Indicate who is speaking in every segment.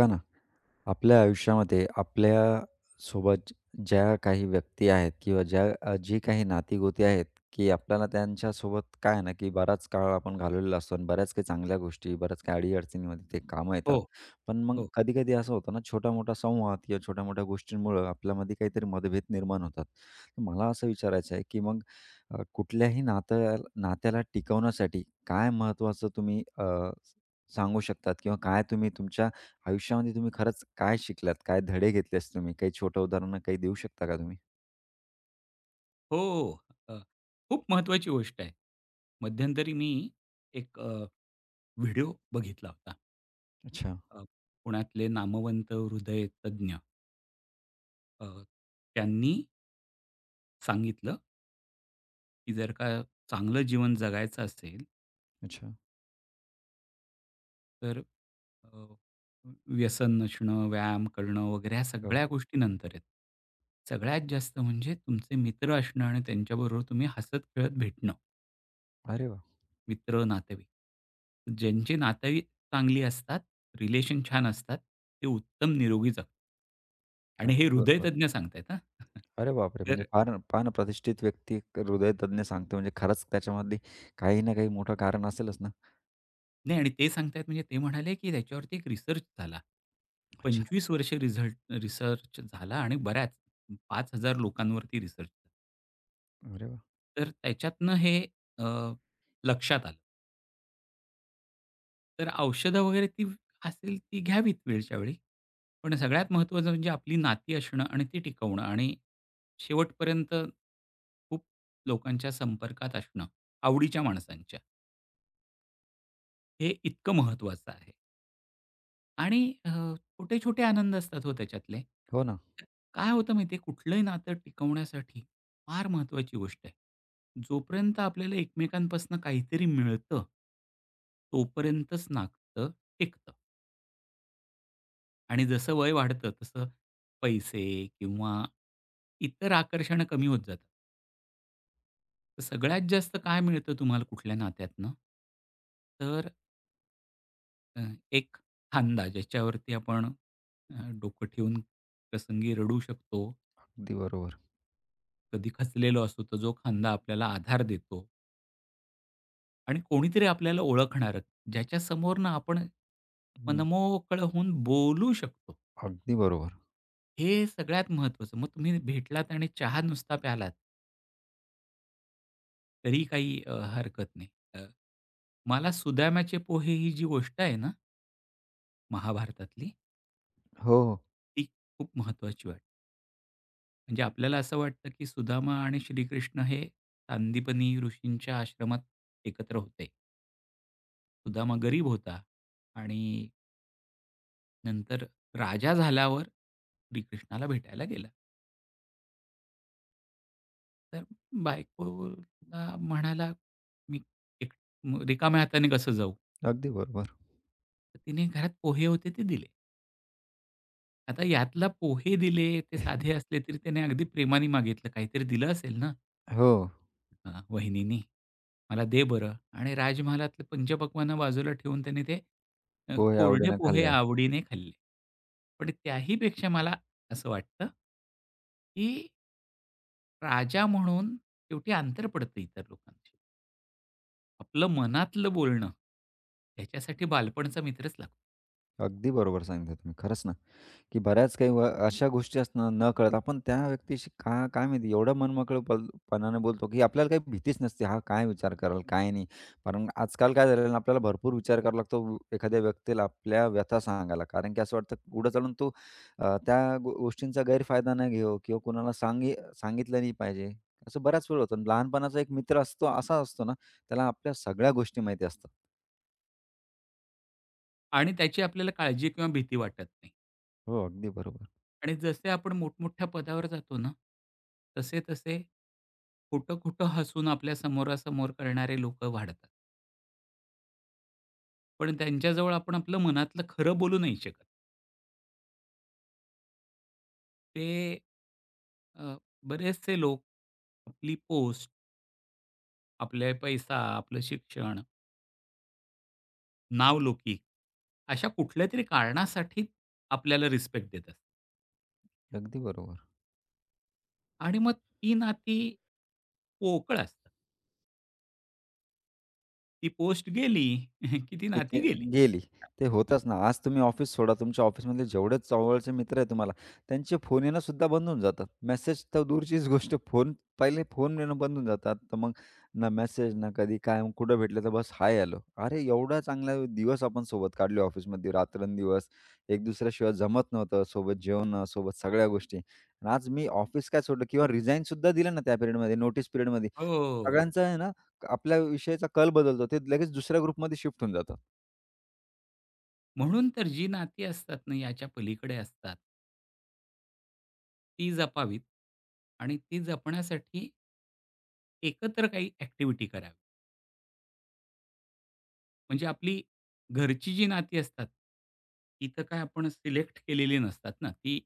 Speaker 1: बघा ना, आपल्या आयुष्यामध्ये आपल्या सोबत ज्या काही व्यक्ती आहेत किंवा ज्या जी काही नाती-गोती आहेत, की आपल्याला त्यांच्यासोबत काय आहे ना, की बराच काळ आपण घालवलेला असतो आणि बऱ्याच काही चांगल्या गोष्टी, बऱ्याच काही अडी ते कामं
Speaker 2: हो,
Speaker 1: येतात. पण मग
Speaker 2: हो,
Speaker 1: कधी-कधी असं होतं ना, छोटा-मोठा संवाद किंवा छोट्या-मोठ्या गोष्टींमुळं आपल्यामध्ये काहीतरी मतभेद निर्माण होतात. तर मला असं विचारायचं आहे, की मग कुठल्याही नात्याला टिकवण्यासाठी काय महत्त्वाचं तुम्ही सांगू शकतात किंवा काय तुम्ही तुमच्या आयुष्यामध्ये तुम्ही खरंच काय शिकलात? काय धडे घेतलेस तुम्ही? काही छोटं उदाहरण काही देऊ शकता का तुम्ही?
Speaker 2: हो. हो. अ, खूप महत्त्वाची गोष्ट आहे. मध्यंतरी मी एक व्हिडिओ बघितला होता.
Speaker 1: अच्छा,
Speaker 2: अ, पुण्यातले नामवंत हृदयतज्ञ अ, त्यांनी सांगितलं, की जर का चांगलं जीवन जगायचं असेल,
Speaker 1: अच्छा.
Speaker 2: तर अ, व्यसन नसणं, व्यायाम करणं वगैरे ह्या
Speaker 1: हो.
Speaker 2: सगळ्या गोष्टी नंतर आहेत. सगळ्यात जास्त म्हणजे तुमचे मित्र असणं आणि त्यांच्याबरोबर तुम्ही हसत-खेळत भेटणं.
Speaker 1: अरे वाह!
Speaker 2: मित्र, नातेवाईक. ज्यांची नातेवाईक चांगली असतात, रिलेशन छान असतात, ते उत्तम निरोगी जगतात आणि हे
Speaker 1: अगदी बरोबर.
Speaker 2: हृदयतज्ञ सांगतायत हां.
Speaker 1: अरे बापरे! म्हणजे
Speaker 2: तर
Speaker 1: फार फार प्रतिष्ठित व्यक्ती, एक हृदयतज्ञ सांगतो म्हणजे खरंच त्याच्यामध्ये काही ना काही मोठं कारण असेलच ना?
Speaker 2: नाही आणि ते सांगतायत म्हणजे ते म्हणाले, की त्याच्यावरती एक रिसर्च झाला.
Speaker 1: अच्छा.
Speaker 2: 25 वर्षे रिझल्ट रिसर्च झाला आणि बऱ्याच 5,000 लोकांवरती रिसर्च.
Speaker 1: अरे वाह!
Speaker 2: तर त्याच्यातनं हे अ, लक्षात आलं. तर औषधं वगैरे ती असेल ती घ्यावीत वेळच्या वेळी. पण सगळ्यात महत्त्वाचं म्हणजे आपली नाती असणं आणि ती टिकवणं आणि शेवटपर्यंत खूप लोकांच्या संपर्कात असणं, आवडीच्या माणसांच्या. हे इतकं महत्त्वाचं आहे. आणि छोटे-छोटे आनंद असतात हो त्याच्यातले.
Speaker 1: हो ना.
Speaker 2: तर काय होतं माहिती आहे, कुठलंही नातं टिकवण्यासाठी फार महत्त्वाची गोष्ट आहे. जोपर्यंत आपल्याला एकमेकांपासून काहीतरी मिळतं, तोपर्यंतच नातं टिकतं. आणि जसं वय वाढतं तसं पैसे किंवा इतर आकर्षणं कमी होत जातात. तर सगळ्यात जास्त काय मिळतं तुम्हाला कुठल्या नात्यातनं? तर अ, एक खांदा ज्याच्यावरती आपण डोकं ठेवून प्रसंगी रडू शकतो.
Speaker 1: अगदी बरोबर.
Speaker 2: कधी खचलेलो असतो, तर जो खांदा आपल्याला आधार देतो आणि कोणीतरी आपल्याला ओळखणारं, ज्याच्यासमोर ना आपण
Speaker 1: हं.
Speaker 2: मनमोकळं होऊन बोलू शकतो.
Speaker 1: अगदी बरोबर.
Speaker 2: हे सगळ्यात महत्त्वाचं. मग तुम्ही भेटलात आणि चहा नुसता प्यालात तरी काही हरकत नाही. अ, मला सुदाम्याचे पोहे ही जी गोष्ट आहे ना, महाभारतातली,
Speaker 1: हो, हो.
Speaker 2: ती खूप महत्त्वाची वाटते. म्हणजे आपल्याला असं वाटतं, की सुदामा आणि श्रीकृष्ण हे सांदीपनी ऋषींच्या आश्रमात एकत्र होते. सुदामा गरीब होता आणि नंतर राजा झाल्यावर श्रीकृष्णाला भेटायला गेला. तर बायकोला म्हणाला, "मी एक रिकाम्या हाताने कसं जाऊ?"
Speaker 1: अगदी बरोबर.
Speaker 2: तर तिने घरात पोहे होते ते दिले. आता यातला पोहे दिले, ते साधे असले तरी त्याने अगदी प्रेमाने मागितलं. काहीतरी दिलं असेल ना
Speaker 1: हो.
Speaker 2: अ, वहिनीनी, "मला दे बरं." आणि राजमहालातले पंचपक्वान्न बाजूला ठेवून त्याने ते
Speaker 1: पोहे
Speaker 2: कोरडे
Speaker 1: आवडीनं
Speaker 2: पोहे
Speaker 1: खाल्ले.
Speaker 2: आवडीने खाल्ले. पण त्याही पेक्षा मला असं वाटतं, की राजा म्हणून शेवटी अंतर पडतं इतर लोकांशी. आपलं मनातलं बोलणं, त्याच्यासाठी बालपणचा मित्रच लागतो
Speaker 1: अगदी बरोबर सांगितलं तुम्ही. खरंच ना, की बऱ्याच काही व अशा गोष्टी असतात नकळत आपण त्या व्यक्तीशी का काय माहिती एवढं मनमोकळं पल पणाने बोलतो, की आपल्याला काही भीतीच नसते. हा काय विचार करेल, काय नाही. कारण आजकाल काय झालेलं ना, आपल्याला भरपूर विचार करावा लागतो व एखाद्या व्यक्तीला आपल्या व्यथा सांगायला. कारण की असं वाटतं पुढे चालून तो त्या गो गोष्टींचा गैरफायदा न घेवो किंवा कोणाला सांगी सांगितलं नाही पाहिजे. असं बऱ्याच वेळ होतं. आणि लहानपणाचा एक मित्र असतो, असा असतो ना, त्याला आपल्या सगळ्या गोष्टी माहिती असतात.
Speaker 2: आणि त्याची आपल्याला काळजी किंवा भीती वाटत नाही.
Speaker 1: हो, अगदी बरोबर.
Speaker 2: आणि जसे आपण मोठमोठ्या पदावर जातो ना, तसे-तसे खोटं-खोटं हसून आपल्या समोरासमोर करणारे लोकं वाढतात. पण त्यांच्याजवळ आपण आपलं मनातलं खरं बोलू नाही शकत. ते अ, बरेचसे लोक आपली पोस्ट, आपले पैसा, आपलं शिक्षण, नावलौकिक अशा कुठल्यातरी कारणासाठी आपल्याला रिस्पेक्ट देतात
Speaker 1: अगदी बरोबर.
Speaker 2: आणि मग ती नाती पोकळ असतात. ती पोस्ट गेली की ती नाती
Speaker 1: तिथे
Speaker 2: गेली.
Speaker 1: गेली. ते होतच ना. आज तुम्ही ऑफिस सोडा, तुमच्या ऑफिसमधले जेवढे जवळचे मित्र आहे तुम्हाला, त्यांचे फोन येणं सुद्धा बंद होऊन जातात. मेसेज तर दूरचीच गोष्ट, फोन पहिले फोन येणं बंद होऊन जातात. तर मग ना मेसेज, ना कधी काय, मग कुठं भेटलं तर बस हाय हॅलो. अरे एवढा चांगला दिवस आपण सोबत काढले ऑफिसमध्ये रात्रंदिवस. एक दुसऱ्याशिवाय जमत नव्हतं, सोबत जेवणं, सोबत सगळ्या गोष्टी. आणि आज मी ऑफिस काय सोडलं किंवा रिझाइन सुद्धा दिलं ना त्या पिरियडमध्ये, नोटीस पिरियडमध्ये.
Speaker 2: हो.
Speaker 1: सगळ्यांचा आहे ना, आपल्या विषयीचा कल बदलतो. ते लगेच दुसऱ्या ग्रुपमध्ये शिफ्ट होऊन जातात.
Speaker 2: म्हणून तर जी नाती असतात ना, याच्या पलीकडे असतात, ती जपावीत आणि ती जपण्यासाठी एकत्र काही ॲक्टिव्हिटी करावी. म्हणजे आपली घरची जी नाती असतात, ती तर काय आपण सिलेक्ट केलेली नसतात ना, ती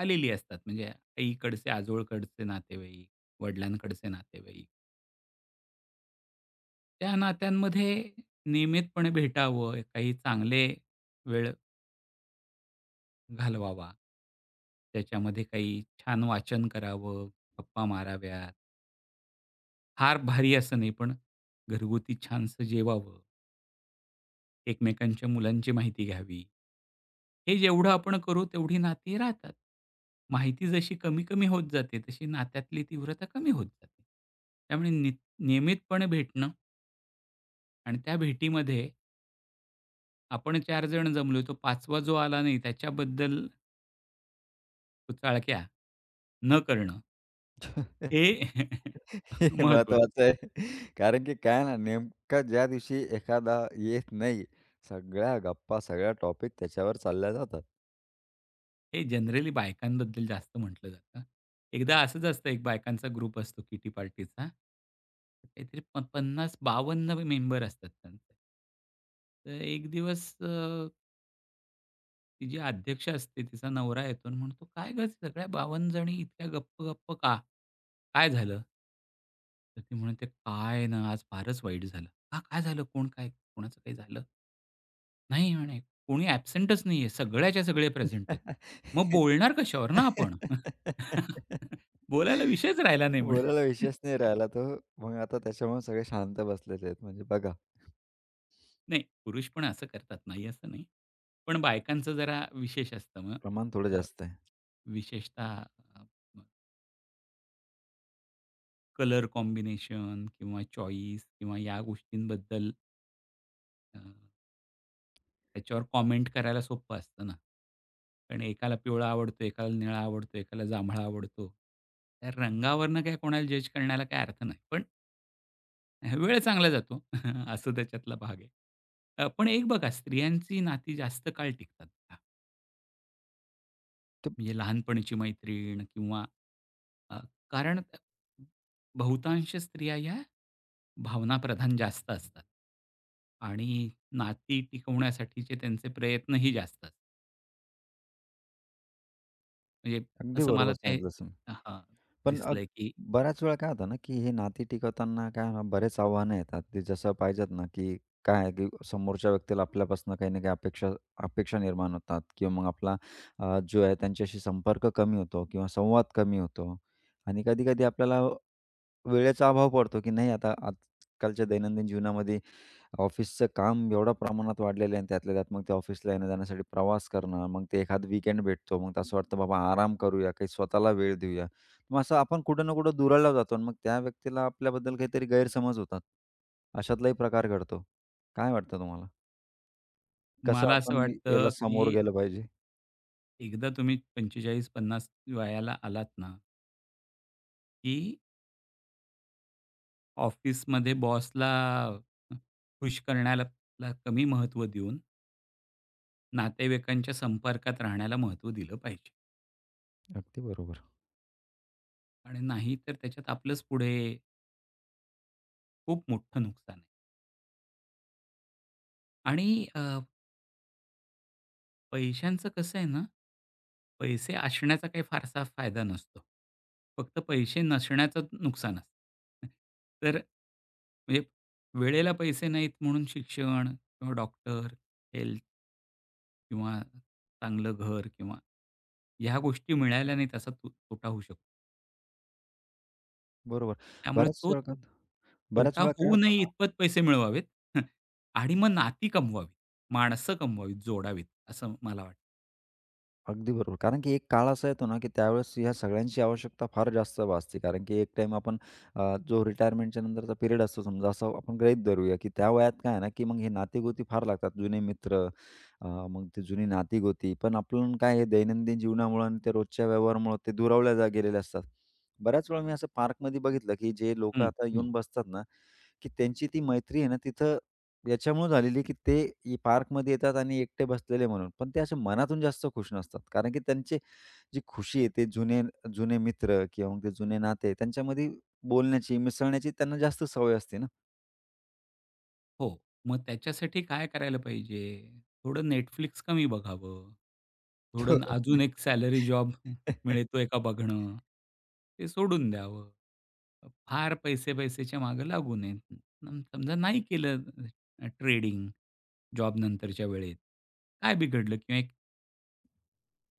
Speaker 2: आलेली असतात. म्हणजे आईकडचे, आजोळकडचे नातेवाईक, वडिलांकडचे नातेवाईक. त्या नात्यांमध्ये नियमितपणे भेटावं, काही चांगले वेळ घालवावा. त्याच्यामध्ये काही छान वाचन करावं, गप्पा माराव्यात. फार भारी असं नाही, पण घरगुती छानसं जेवावं, एकमेकांच्या मुलांची माहिती घ्यावी. हे जेवढं आपण करू तेवढी नाती राहतात. माहिती जशी कमी-कमी होत जाते, तशी नात्यातली तीव्रता कमी होत जाते. त्यामुळे नियमितपणे भेटणं आणि त्या भेटीमध्ये आपण 4 जण जमलोय, तो 5वा जो आला नाही त्याच्याबद्दल कुचाळक्या न करणं हे
Speaker 1: हे
Speaker 2: महत्वाचं.
Speaker 1: महत्वाचं आहे. कारण की काय ना, नेमका ज्या दिवशी एखादा येत नाही, सगळ्या गप्पा, सगळ्या टॉपिक त्याच्यावर चालल्या जातात.
Speaker 2: हे जनरली बायकांबद्दल जास्त म्हटलं जातं. एकदा असंच असतं, एक बायकांचा ग्रुप असतो किटी पार्टीचा. काहीतरी 50-52 मेंबर असतात त्यांचे. तर एक दिवस ती जी अध्यक्ष असते, तिचा नवरा येतो आणि म्हणतो, "काय गं सगळ्या 52 जणी इतक्या गप्प-गप्प का? काय झालं?" तर ती म्हणते, "काय ना, आज फारच वाईट झालं." "का? काय झालं? कोण काय? कोणाचं काही झालं?" नाही म्हणे, कोणी ॲब्सेंटच नाहीये. सगळ्याच्या सगळे प्रेझेंट आहेत. मग बोलणार कशावर ना आपण? बोलायला विषयच राहिला नाही म्हणे.
Speaker 1: बोलायला विषयच नाही राहिला तो. मग आता त्याच्यामुळे सगळे शांत बसलेले आहेत. म्हणजे बघा,
Speaker 2: नाही, पुरुष पण असं करतात, नाही असं नाही. पण बायकांचं जरा विशेष असतं मग.
Speaker 1: प्रमाण थोडं
Speaker 2: अ,
Speaker 1: जास्त आहे.
Speaker 2: विशेषतः अ, कलर कॉम्बिनेशन किंवा चॉईस किंवा या गोष्टींबद्दल त्याच्यावर कॉमेंट करायला सोपं असतं ना. कारण एकाला पिवळा आवडतो, एकाला निळा आवडतो, एकाला जांभळा आवडतो. त्या रंगावरनं काय कोणाला जज करण्याला काही अर्थ नाही. पण वेळ चांगला जातो असं त्याच्यातला भाग आहे. पण एक बघा स्त्रियांची नाती जास्त काळ टिकतात. बघा.
Speaker 1: ते
Speaker 2: म्हणजे लहानपणीची मैत्रीण किंवा अ, कारण बहुतांश स्त्रिया या भावनाप्रधान जास्त असतात. आणि नाती टिकवण्यासाठीचे त्यांचे प्रयत्नही जास्त असतात. म्हणजे
Speaker 1: अगदी
Speaker 2: असं मला
Speaker 1: बरोबर
Speaker 2: ते
Speaker 1: सांगितलं
Speaker 2: हां,
Speaker 1: पण
Speaker 2: दिसलंय, की
Speaker 1: बऱ्याच वेळा काय होतं ना, की हे नाती टिकवताना काय आहे ना, बरेच आव्हानं येतात. ते जसं पाहिजेत ना, की काय आहे, की समोरच्या व्यक्तीला आपल्यापासून काही ना काही अपेक्षा अपेक्षा निर्माण होतात किंवा मग आपला जो आहे त्यांच्याशी संपर्क कमी होतो किंवा संवाद कमी होतो आणि कधी-कधी आपल्याला वेळेचा अभाव पडतो, की नाही आता आजकालच्या दैनंदिन जीवनामध्ये ऑफिसचं काम एवढ्या प्रमाणात वाढलेलं आहे आणि त्यातल्या त्यात मग ते ऑफिसला येण्या-जाण्यासाठी प्रवास करणं, मग ते एखाद वीकेंड भेटतो. मग तर असं वाटतं बाबा आराम करूया, काही स्वतःला वेळ देऊया. मग असं आपण कुठं ना कुठं दुरावला जातो आणि मग त्या व्यक्तीला आपल्याबद्दल काहीतरी गैरसमज होतात. अशातलाही प्रकार घडतो. काय वाटतं तुम्हाला? कसं
Speaker 2: मला असं
Speaker 1: आपण याला
Speaker 2: वाटतं,
Speaker 1: समोर
Speaker 2: की
Speaker 1: गेलं पाहिजे?
Speaker 2: एकदा तुम्ही 45-50 वयाला आलात ना, की ऑफिसमध्ये बॉसला खुश करण्याला कमी महत्त्व देऊन नातेवाईकांच्या संपर्कात राहण्याला महत्त्व दिलं पाहिजे
Speaker 1: अगदी बरोबर.
Speaker 2: आणि नाहीतर त्याच्यात आपलंच पुढे खूप मोठं नुकसान आहे आणि पैशांचं कसं आहे ना, पैसे असण्याचा काही फारसा फायदा नसतो. फक्त पैसे नसण्याचं नुकसान असतं. तर म्हणजे वेळेला पैसे नाहीत म्हणून शिक्षण किंवा डॉक्टर, हेल्थ किंवा चांगलं घर किंवा ह्या गोष्टी मिळाल्या नाहीत असा तो तोटा होऊ शकतो.
Speaker 1: बरोबर.
Speaker 2: त्यामुळे
Speaker 1: बऱ्याच
Speaker 2: तो
Speaker 1: वेळा काय- बऱ्याच
Speaker 2: तोटा
Speaker 1: वेळा काय
Speaker 2: होऊ
Speaker 1: होतं
Speaker 2: नये
Speaker 1: ना
Speaker 2: इतपत पैसे मिळवावेत आणि मग नाती कमवावीत, माणसं कमवावीत, जोडावीत असं मला वाटतं.
Speaker 1: अगदी बरोबर. कारण की एक काळ असा येतो ना, की त्यावेळेस ह्या सगळ्यांची आवश्यकता फार जास्त भासते. कारण की एक टाईम आपण जो रिटायरमेंटच्या नंतरचा पिरियड असतो समजा, असं आपण गृहीत धरूया, की त्या वयात काय आहे ना, की मग हे नाती-गोती फार लागतात. जुने मित्र, मग ते जुनी नाती पण आपण काय हे दैनंदिन जीवनामुळं आणि त्या रोजच्या व्यवहारामुळं ते दुरावल्या जा गेलेले असतात. बऱ्याच वेळा मी असं पार्कमध्ये बघितलं, की जे लोकं
Speaker 2: हं,
Speaker 1: आता
Speaker 2: हं.
Speaker 1: येऊन बसतात ना, की त्यांची ती मैत्री आहे ना तिथं याच्यामुळे झालेली आहे, की ते इ पार्कमध्ये येतात आणि एकटे बसलेले म्हणून. पण ते असे मनातून जास्त खुश नसतात. कारण की त्यांची जी खुशी आहे, ते जुने जुने मित्र किंवा मग ते जुने नाते त्यांच्यामध्ये बोलण्याची, मिसळण्याची त्यांना जास्त सवय असते ना.
Speaker 2: हो. मग त्याच्यासाठी काय करायला पाहिजे? थोडं नेटफ्लिक्स कमी बघावं. थोडं अजून
Speaker 1: बरोबर.
Speaker 2: एक सॅलरी जॉब मिळतोय का बघणं. ते सोडून द्यावं. फार पैसे-पैसेच्या मागे लागू नये. समजा नाही केलं ट्रेडिंग जॉब नंतरच्या वेळेत. काय बिघडलं? किंवा एक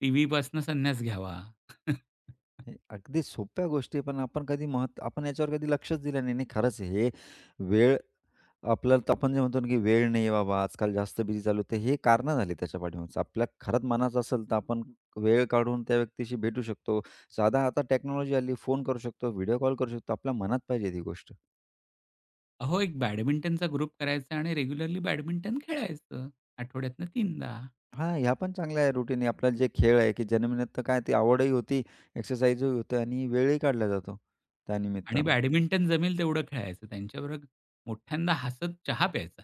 Speaker 2: टीव्हीपासून संन्यास घ्यावा.
Speaker 1: हे अगदी सोप्या गोष्टी आहे, पण आपण याच्यावर कधी लक्षच दिलं नाही. नाही खरंच हे वेळ आपल्याला तर आपण जे म्हणतो ना, की वेळ नाही बाबा, आजकाल जास्त बिझी चालू आहे. तर हे कारणं झाली त्याच्या पाठीमागचं. आपल्या खरंच मनाचं असेल, तर आपण वेळ काढून त्या व्यक्तीशी भेटू शकतो. साधा आता टेक्नॉलॉजी आली, फोन करू शकतो, व्हिडिओ कॉल करू शकतो. आपल्या मनात पाहिजे ती गोष्ट.
Speaker 2: अहो, एक बॅडमिंटनचा ग्रुप करायचा आणि रेग्युलरली बॅडमिंटन खेळायचं आठवड्यातनं 3
Speaker 1: हां, ह्या पण चांगल्या आहे रुटीन. आपल्याला जे खेळ आहे, की जन्मनिमित्त तर काय ती आवडही होती, एक्सरसाइजही होते आणि वेळही काढला जातो
Speaker 2: आणि
Speaker 1: त्यानिमित्तानं.
Speaker 2: बॅडमिंटन जमेल तेवढं खेळायचं. त्यांच्याबरोबर मोठ्यांदा हसत चहा प्यायचा,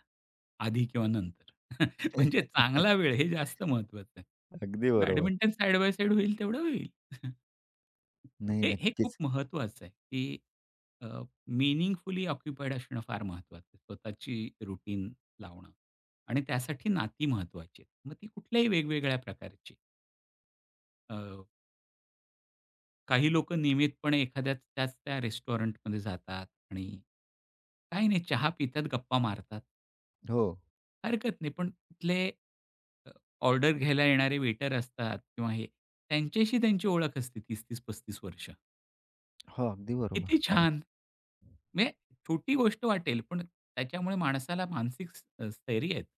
Speaker 2: आधी किंवा नंतर. म्हणजे चांगला वेळ हे जास्त महत्वाचं आहे.
Speaker 1: अगदी बरोबर.
Speaker 2: बॅडमिंटन साइड बाय साइड होईल तेवढं होईल.
Speaker 1: नाही,
Speaker 2: हे हे खूप
Speaker 1: नक्कीच.
Speaker 2: महत्वाचं आहे, की अ, ऑक्युपाईड असणं फार महत्वाचं आहे. स्वतःची रुटीन लावणं आणि त्यासाठी नाती महत्वाची आहेत. मग ती कुठल्याही वेगवेगळ्या प्रकारची. काही लोकं नियमितपणे एखाद्या त्याच त्या रेस्टॉरंटमध्ये जातात आणि काही नाही चहा पितात, गप्पा मारतात.
Speaker 1: हो.
Speaker 2: हरकत नाही. पण तिथले अ, ऑर्डर घ्यायला येणारे वेटर असतात किंवा हे त्यांच्याशी त्यांची ओळख असते 30-30, 35 वर्ष.
Speaker 1: हो, अगदी बरोबर.
Speaker 2: किती
Speaker 1: कारण
Speaker 2: छान! म्हणजे छोटी गोष्ट वाटेल, पण त्याच्यामुळे माणसाला मानसिक स्थैर्य येतं.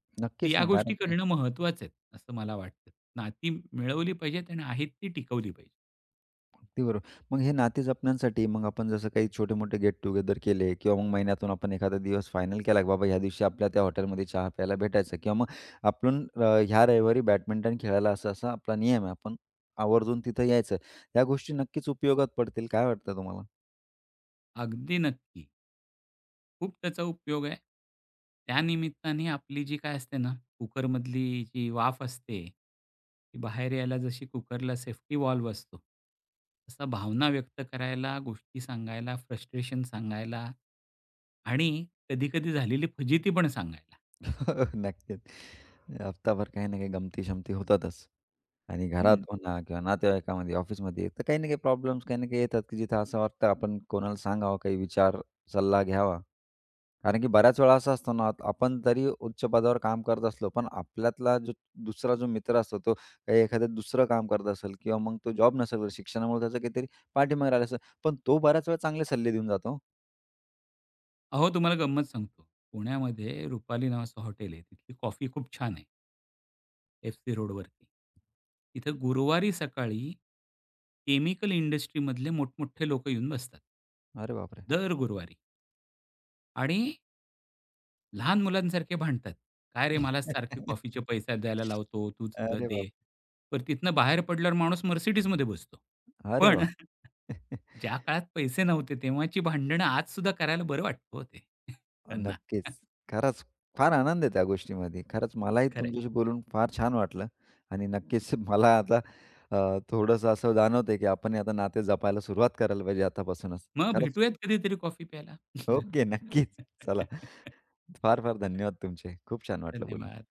Speaker 2: तर
Speaker 1: नक्कीच
Speaker 2: या
Speaker 1: ना,
Speaker 2: गोष्टी
Speaker 1: कारण
Speaker 2: करणं महत्त्वाचं आहे, असं मला वाटतं. नाती मिळवली पाहिजेत आणि आहेत ती टिकवली पाहिजेत.
Speaker 1: अगदी बरोबर. मग हे नाते जपण्यासाठी मग आपण जसं काही छोटे-मोठे गेट टुगेदर केले किंवा मग महिन्यातून आपण एखादा दिवस फायनल केला, की बाबा ह्या दिवशी आपल्या त्या हॉटेलमध्ये चहा प्यायला भेटायचं किंवा मग आपण ह्या रविवारी बॅडमिंटन खेळायला असा-असा आपला नियम आहे. आपण आवर्जून तिथं यायचं. या गोष्टी नक्कीच उपयोगात पडतील. काय वाटतं तुम्हाला?
Speaker 2: अगदी नक्की. खूप त्याचा उपयोग आहे. त्यानिमित्ताने आपली जी काय असते ना, कुकरमधली जी वाफ असते, ती बाहेर यायला जशी कुकरला सेफ्टी व्हॉल्व्ह असतो, तसा भावना व्यक्त करायला, गोष्टी सांगायला, फ्रस्ट्रेशन सांगायला आणि कधी-कधी झालेली फजिती पण सांगायला.
Speaker 1: नक्कीच. हप्ताभर काही ना काही गमती-शमती होतातच. आणि घरात
Speaker 2: हं.
Speaker 1: म्हणा किंवा नातेवाईकामध्ये, ऑफिसमध्ये तर काही ना काही प्रॉब्लेम्स काही ना काही येतात, की जिथं असं वाटतं आपण कोणाला सांगावं, काही विचार, सल्ला घ्यावा. कारण की बऱ्याच वेळा असं असतो ना, आपण तरी उच्च पदावर काम करत असलो, पण आपल्यातला जो दुसरा जो मित्र असतो, तो काही एखादं दुसरं काम करत असेल किंवा मग तो जॉब नसेल करत, शिक्षणामुळे त्याचा काहीतरी पाठीमागे राहिला असेल, पण तो बऱ्याच वेळा चांगले सल्ले देऊन जातो. हो.
Speaker 2: अहो, तुम्हाला गंमत सांगतो. पुण्यामध्ये रुपाली नावाचं हॉटेल आहे. तिथली कॉफी खूप छान आहे. FC रोडवरती. तिथं गुरुवारी सकाळी केमिकल इंडस्ट्रीमधले मोठमोठे लोकं येऊन बसतात.
Speaker 1: अरे बापरे!
Speaker 2: दर गुरुवारी आणि लहान मुलांसारखे भांडतात. "काय रे मला सारखी कॉफीचे पैसे द्यायला लावतो, तूच
Speaker 1: अरे
Speaker 2: दे."
Speaker 1: बाप
Speaker 2: पण तिथनं बाहेर पडल्यावर माणूस Mercedesमध्ये बसतो.
Speaker 1: अरे
Speaker 2: पण
Speaker 1: वाह!
Speaker 2: ज्या काळात पैसे नव्हते तेव्हाची भांडणं आजसुद्धा करायला बरं वाटतं हो त्यांना.
Speaker 1: नक्कीच. खरंच फार आनंद आहे त्या गोष्टीमध्ये. खरंच मलाही
Speaker 2: खरंय,
Speaker 1: तुमच्याशी
Speaker 2: खरंय.
Speaker 1: बोलून फार छान वाटलं आणि नक्कीच मला आता थोडंसं असं जाणवतंय, की आपण हे आता नाते जपायला सुरुवात करायला पाहिजे आतापासूनच.
Speaker 2: मग
Speaker 1: खरंच
Speaker 2: भेटूयात कधीतरी कॉफी प्यायला.
Speaker 1: ओके. नक्कीच. चला. फार-फार धन्यवाद तुमचे. खूप छान वाटलं बोलून.
Speaker 2: धन्यवाद.